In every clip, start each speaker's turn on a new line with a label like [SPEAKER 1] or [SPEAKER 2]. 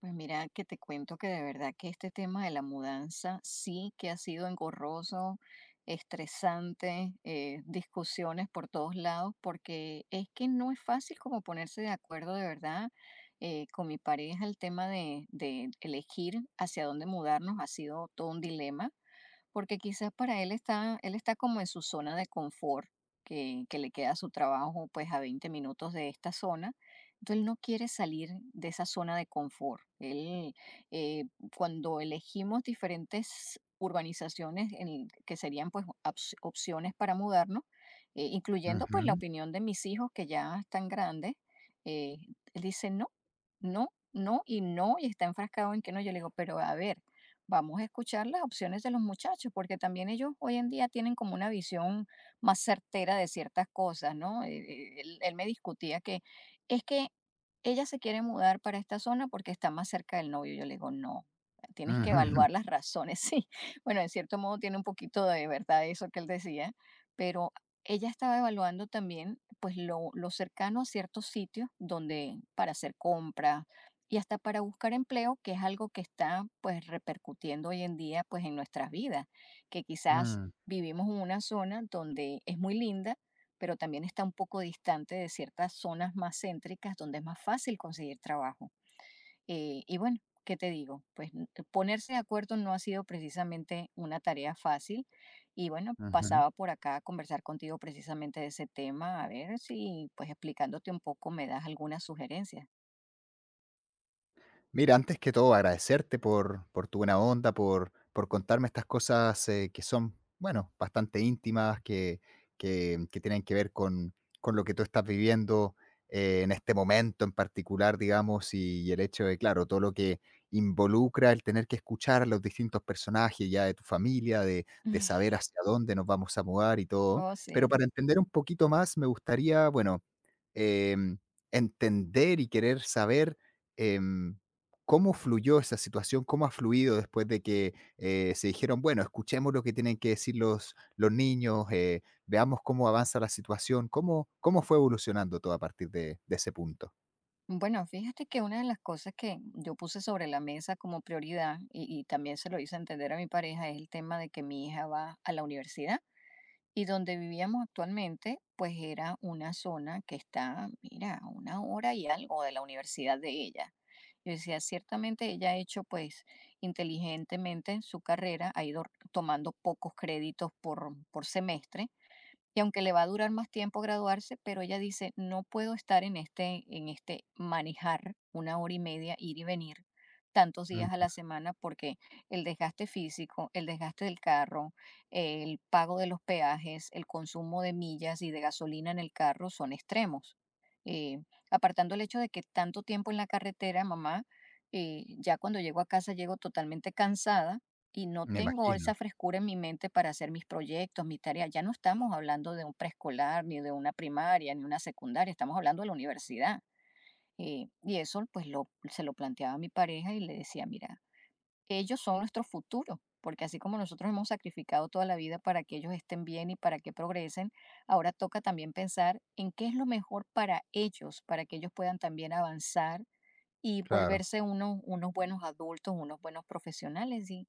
[SPEAKER 1] Pues mira, que te cuento que de verdad que este tema de la mudanza sí que ha sido engorroso, estresante, discusiones por todos lados, porque es que no es fácil como ponerse de acuerdo de verdad, con mi pareja. El tema de elegir hacia dónde mudarnos ha sido todo un dilema porque quizás para él está como en su zona de confort, que le queda su trabajo pues a 20 minutos de esta zona. Entonces él no quiere salir de esa zona de confort. Eh, Cuando elegimos diferentes urbanizaciones que serían pues opciones para mudarnos,
[SPEAKER 2] Ujú,
[SPEAKER 1] incluyendo pues la
[SPEAKER 2] ujú,
[SPEAKER 1] opinión de mis hijos que ya están grandes, eh, él dice no, no, no y no, y está enfrascado en que no. Yo le digo, pero a ver, vamos a escuchar las opciones de los muchachos, porque también ellos hoy en día tienen como una visión más certera de ciertas cosas, ¿no? Él, él me discutía que es que ella se quiere mudar para esta zona porque está más cerca del novio. Yo le digo, no, tienes que evaluar las razones, sí. Bueno, en cierto modo tiene un poquito de verdad eso que él decía, pero ella estaba evaluando también pues lo cercano a ciertos sitios donde para hacer compras, y hasta para buscar empleo, que es algo que está pues repercutiendo hoy en día pues en nuestras vidas, que quizás
[SPEAKER 2] mm,
[SPEAKER 1] vivimos en una zona donde es muy linda, pero también está un poco distante de ciertas zonas más céntricas donde es más fácil conseguir trabajo. Y bueno, ¿qué te digo? Pues ponerse de acuerdo no ha sido precisamente una tarea fácil. Y bueno,
[SPEAKER 2] ujú.
[SPEAKER 1] pasaba por acá a conversar contigo precisamente de ese tema, a ver si pues explicándote un poco me das alguna sugerencia.
[SPEAKER 2] Mira, antes que todo, agradecerte por tu buena onda, por contarme estas cosas, que son, bueno, bastante íntimas, que tienen que ver con lo que tú estás viviendo, en este momento en particular, digamos, y el hecho de, claro, todo lo que involucra el tener que escuchar a los distintos personajes ya de tu familia, de saber hacia dónde nos vamos a mudar y todo.
[SPEAKER 1] Oh, sí.
[SPEAKER 2] Pero para entender un poquito más, me gustaría, bueno, em, entender y querer saber em, cómo fluyó esa situación, cómo ha fluido después de que se dijeron, bueno, escuchemos lo que tienen que decir los niños, veamos cómo avanza la situación, cómo fue evolucionando todo a partir de ese punto.
[SPEAKER 1] Bueno, fíjate que una de las cosas que yo puse sobre la mesa como prioridad y también se lo hice entender a mi pareja es el tema de que mi hija va a la universidad y donde vivíamos actualmente, pues era una zona que está, mira, a una hora y algo de la universidad de ella. Yo decía, ciertamente ella ha hecho pues inteligentemente su carrera, ha ido tomando pocos créditos por semestre, y aunque le va a durar más tiempo graduarse, pero ella dice, no puedo estar en este manejar una hora y media, ir y venir tantos días a
[SPEAKER 2] Mm,
[SPEAKER 1] la semana porque el desgaste físico, el desgaste del carro, el pago de los peajes, el consumo de millas y de gasolina en el carro son extremos. Eh, Apartando el hecho de que tanto tiempo en la carretera, mamá, ya cuando llego a casa llego totalmente cansada y no
[SPEAKER 2] me
[SPEAKER 1] tengo esa
[SPEAKER 2] imagino,
[SPEAKER 1] frescura en mi mente para hacer mis proyectos, mis tareas. Ya no estamos hablando de un preescolar, ni de una primaria, ni una secundaria, estamos hablando de la universidad. Y eso pues lo, se lo planteaba a mi pareja y le decía, mira, ellos son nuestro futuro, porque así como nosotros hemos sacrificado toda la vida para que ellos estén bien y para que progresen, ahora toca también pensar en qué es lo mejor para ellos, para que ellos puedan también avanzar y
[SPEAKER 2] claro.
[SPEAKER 1] volverse unos buenos adultos, unos buenos profesionales. Y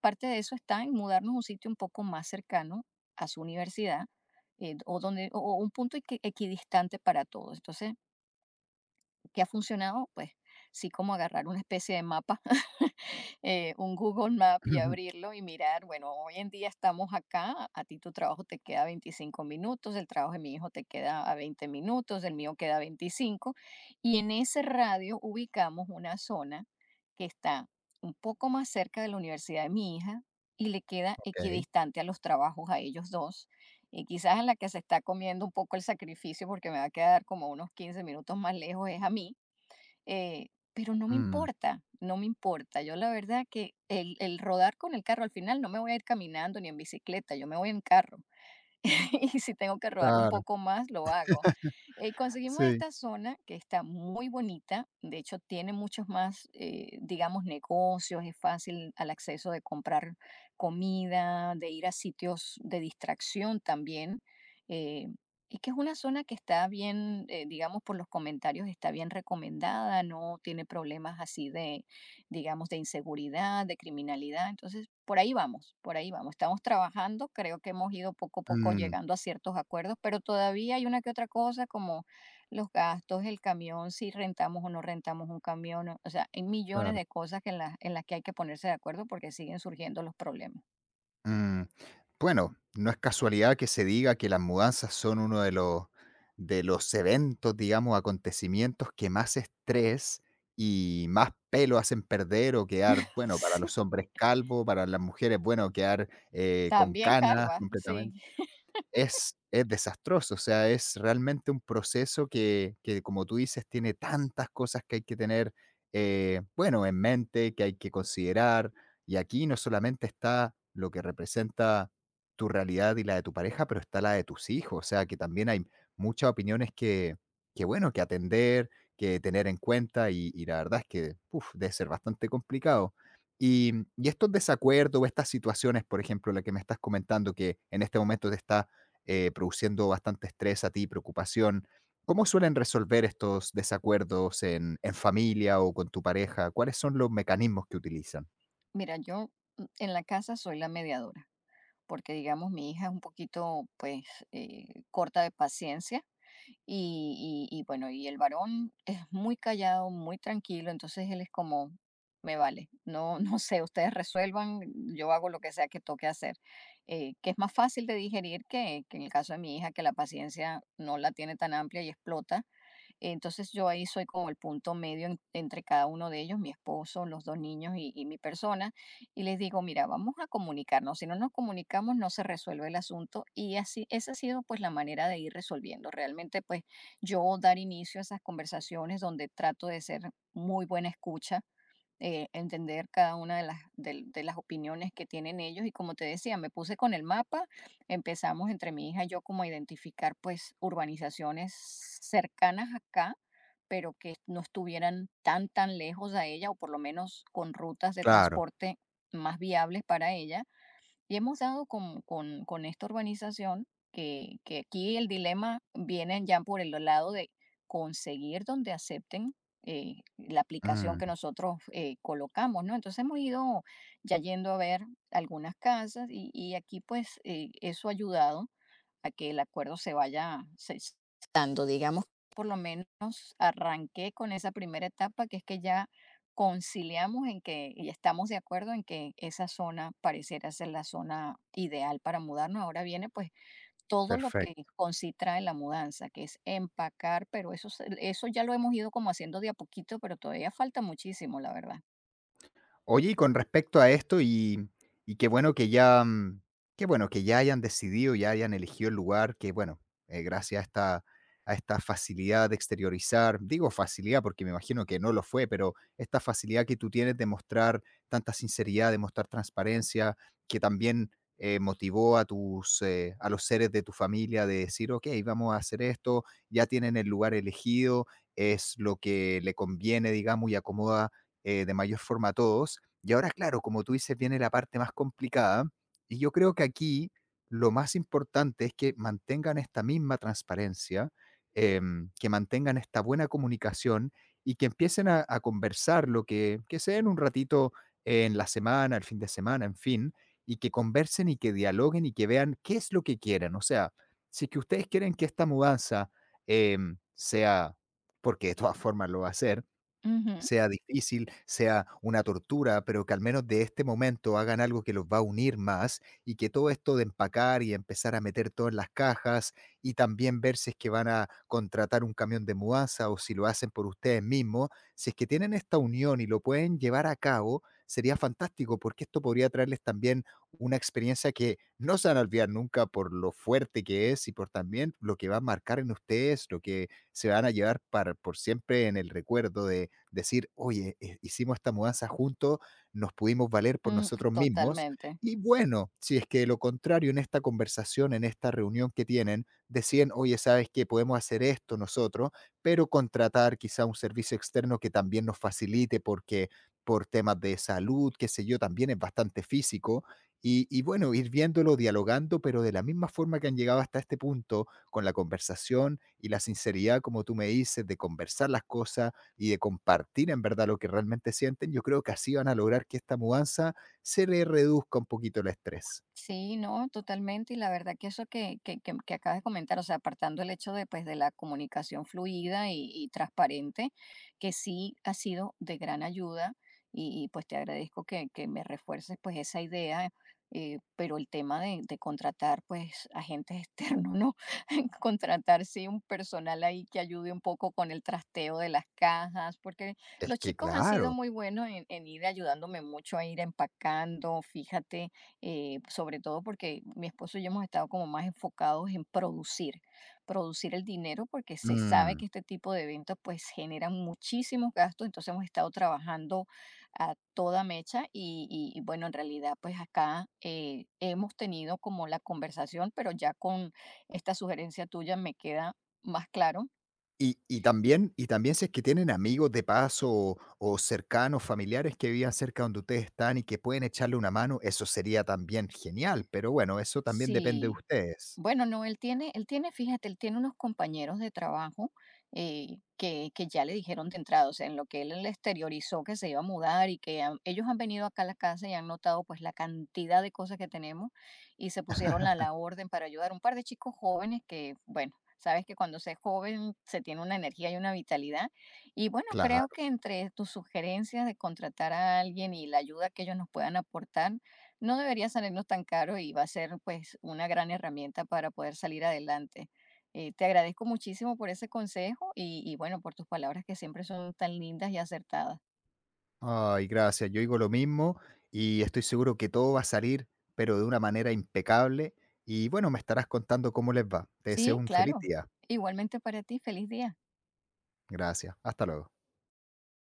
[SPEAKER 1] parte de eso está en mudarnos a un sitio un poco más cercano a su universidad, o, donde, o un punto equidistante para todos. Entonces, ¿qué ha funcionado? Pues sí, como agarrar una especie de mapa, un Google Map, y abrirlo y mirar, bueno, hoy en día estamos acá, a ti tu trabajo te queda 25 minutos, el trabajo de mi hijo te queda a 20 minutos, el mío queda a 25, y en ese radio ubicamos una zona que está un poco más cerca de la universidad de mi hija y le queda
[SPEAKER 2] Ok.
[SPEAKER 1] equidistante a los trabajos a ellos dos. Y quizás a la que se está comiendo un poco el sacrificio porque me va a quedar como unos 15 minutos más lejos es a mí, eh, pero no me
[SPEAKER 2] Mm,
[SPEAKER 1] importa, no me importa. Yo la verdad que el rodar con el carro, al final no me voy a ir caminando ni en bicicleta, yo me voy en carro. Y si tengo que rodar un
[SPEAKER 2] claro,
[SPEAKER 1] poco más, lo hago. Conseguimos
[SPEAKER 2] sí.
[SPEAKER 1] esta zona que está muy bonita, de hecho tiene muchos más, digamos, negocios, es fácil al acceso de comprar comida, de ir a sitios de distracción también. eh, y que es una zona que está bien, digamos, por los comentarios, está bien recomendada, no tiene problemas así, digamos, de inseguridad, de criminalidad. Entonces, por ahí vamos, por ahí vamos. Estamos trabajando, creo que hemos ido poco a poco
[SPEAKER 2] Mm,
[SPEAKER 1] llegando a ciertos acuerdos, pero todavía hay una que otra cosa como los gastos, el camión, si rentamos o no rentamos un camión, o sea, hay millones
[SPEAKER 2] claro.
[SPEAKER 1] de cosas que en las que hay que ponerse de acuerdo porque siguen surgiendo los problemas.
[SPEAKER 2] Mm, bueno, no es casualidad que se diga que las mudanzas son uno de los eventos, digamos, acontecimientos que más estrés y más pelo hacen perder o quedar, bueno, para
[SPEAKER 1] Sí,
[SPEAKER 2] los hombres calvo, para las mujeres, bueno, quedar con
[SPEAKER 1] también
[SPEAKER 2] canas
[SPEAKER 1] calva, sí.
[SPEAKER 2] completamente. Es desastroso, o sea, es realmente un proceso que, como tú dices, tiene tantas cosas que hay que tener, bueno, en mente, que hay que considerar. Y aquí no solamente está lo que representa tu realidad y la de tu pareja, pero está la de tus hijos, o sea, que también hay muchas opiniones que, bueno, que atender, que tener en cuenta, y la verdad es que, uf, debe ser bastante complicado. Y estos desacuerdos o estas situaciones, por ejemplo, la que me estás comentando, que en este momento te está produciendo bastante estrés a ti, preocupación. ¿Cómo suelen resolver estos desacuerdos en familia o con tu pareja? ¿Cuáles son los mecanismos que utilizan?
[SPEAKER 1] Mira, yo mm, en la casa soy la mediadora, porque digamos mi hija es un poquito pues corta de paciencia. Y bueno, y el varón es muy callado, muy tranquilo, entonces él es como, me vale, no, no sé, ustedes resuelvan, yo hago lo que sea que toque hacer. Que es más fácil de digerir que en el caso de mi hija, que la paciencia no la tiene tan amplia y explota, entonces yo ahí soy como el punto medio entre cada uno de ellos, mi esposo, los dos niños y mi persona, y les digo, mira, vamos a comunicarnos, si no nos comunicamos no se resuelve el asunto, y así, esa ha sido pues la manera de ir resolviendo. Realmente pues yo dar inicio a esas conversaciones donde trato de ser muy buena escucha, entender cada una de las opiniones que tienen ellos. Y como te decía, me puse con el mapa, empezamos entre mi hija y yo como a identificar pues urbanizaciones cercanas acá, pero que no estuvieran tan lejos a ella, o por lo menos con rutas de
[SPEAKER 2] Claro.
[SPEAKER 1] transporte más viables para ella, y hemos dado con esta urbanización que aquí el dilema viene ya por el lado de conseguir donde acepten, la aplicación
[SPEAKER 2] Mm,
[SPEAKER 1] que nosotros colocamos, ¿no? Entonces hemos ido ya yendo a ver algunas casas, y aquí pues eso ha ayudado a que el acuerdo se vaya dando, digamos, por lo menos arranqué con esa primera etapa, que es que ya conciliamos en que y estamos de acuerdo en que esa zona pareciera ser la zona ideal para mudarnos. Ahora viene pues todo lo que
[SPEAKER 2] perfecto.
[SPEAKER 1] con sí trae la mudanza, que es empacar, pero eso, eso ya lo hemos ido como haciendo de a poquito, pero todavía falta muchísimo, la verdad.
[SPEAKER 2] Oye, y con respecto a esto, y qué bueno que ya, qué bueno que ya hayan decidido, ya hayan elegido el lugar, que bueno, gracias a esta facilidad de exteriorizar, digo facilidad porque me imagino que no lo fue, pero esta facilidad que tú tienes de mostrar tanta sinceridad, de mostrar transparencia, que también motivó a los seres de tu familia de decir, ok, vamos a hacer esto, ya tienen el lugar elegido, es lo que le conviene, digamos, y acomoda de mayor forma a todos y ahora, claro, como tú dices, viene la parte más complicada. Y yo creo que aquí lo más importante es que mantengan esta misma transparencia, que mantengan esta buena comunicación y que empiecen a conversar lo que se den un ratito en la semana, el fin de semana, en fin, y que conversen y que dialoguen y que vean qué es lo que quieren. O sea, si es que ustedes quieren que esta mudanza sea, porque de todas formas lo va a hacer,
[SPEAKER 1] Ujú,
[SPEAKER 2] sea difícil, sea una tortura, pero que al menos de este momento hagan algo que los va a unir más y que todo esto de empacar y empezar a meter todo en las cajas y también ver si es que van a contratar un camión de mudanza o si lo hacen por ustedes mismos, si es que tienen esta unión y lo pueden llevar a cabo, sería fantástico porque esto podría traerles también una experiencia que no se van a olvidar nunca por lo fuerte que es y por también lo que va a marcar en ustedes, lo que se van a llevar por siempre en el recuerdo de decir, oye, hicimos esta mudanza juntos, nos pudimos valer por
[SPEAKER 1] mm,
[SPEAKER 2] nosotros mismos.
[SPEAKER 1] totalmente.
[SPEAKER 2] Y bueno, si es que de lo contrario en esta conversación, en esta reunión que tienen, deciden, oye, sabes que podemos hacer esto nosotros, pero contratar quizá un servicio externo que también nos facilite porque por temas de salud, qué sé yo, también es bastante físico. Y bueno, ir viéndolo, dialogando, pero de la misma forma que han llegado hasta este punto, con la conversación y la sinceridad, como tú me dices, de conversar las cosas y de compartir en verdad lo que realmente sienten, yo creo que así van a lograr que esta mudanza se le reduzca un poquito el estrés.
[SPEAKER 1] Sí, no, totalmente. Y la verdad que eso que acabas de comentar, o sea, apartando el hecho de, pues, de la comunicación fluida y transparente, que sí ha sido de gran ayuda pues te agradezco que me refuerces pues esa idea, pero el tema de contratar pues agentes externos, ¿no? Contratar sí un personal ahí que ayude un poco con el trasteo de las cajas, porque
[SPEAKER 2] Es
[SPEAKER 1] los
[SPEAKER 2] que
[SPEAKER 1] chicos han sido
[SPEAKER 2] claro.
[SPEAKER 1] muy buenos en ir ayudándome mucho a ir empacando, fíjate, sobre todo porque mi esposo y yo hemos estado como más enfocados en producir, producir el dinero porque se sabe
[SPEAKER 2] Mm.
[SPEAKER 1] que este tipo de eventos pues generan muchísimos gastos, entonces hemos estado trabajando a toda mecha y bueno, en realidad pues acá hemos tenido como la conversación, pero ya con esta sugerencia tuya me queda más claro.
[SPEAKER 2] Y también si es que tienen amigos de paso o cercanos, familiares que vivan cerca donde ustedes están y que pueden echarle una mano, eso sería también genial, pero bueno, eso también depende de
[SPEAKER 1] Si.
[SPEAKER 2] ustedes.
[SPEAKER 1] Bueno, no, él tiene unos compañeros de trabajo, que ya le dijeron de entrada, o sea, en lo que él le exteriorizó que se iba a mudar, y ellos han venido acá a la casa y han notado pues la cantidad de cosas que tenemos y se pusieron a la orden para ayudar. Un par de chicos jóvenes que, bueno, sabes que cuando se es joven se tiene una energía y una vitalidad. Y bueno, creo
[SPEAKER 2] Claro.
[SPEAKER 1] que entre tus sugerencias de contratar a alguien y la ayuda que ellos nos puedan aportar, no debería salirnos tan caro y va a ser pues una gran herramienta para poder salir adelante. Te agradezco muchísimo por ese consejo y bueno, por tus palabras que siempre son tan lindas y acertadas.
[SPEAKER 2] Ay, gracias. Yo digo lo mismo y estoy seguro que todo va a salir, pero de una manera impecable. Y bueno, me estarás contando cómo les va. Te deseo
[SPEAKER 1] Sí,
[SPEAKER 2] un feliz
[SPEAKER 1] claro.
[SPEAKER 2] día.
[SPEAKER 1] Igualmente para ti, feliz día.
[SPEAKER 2] Gracias. Hasta luego.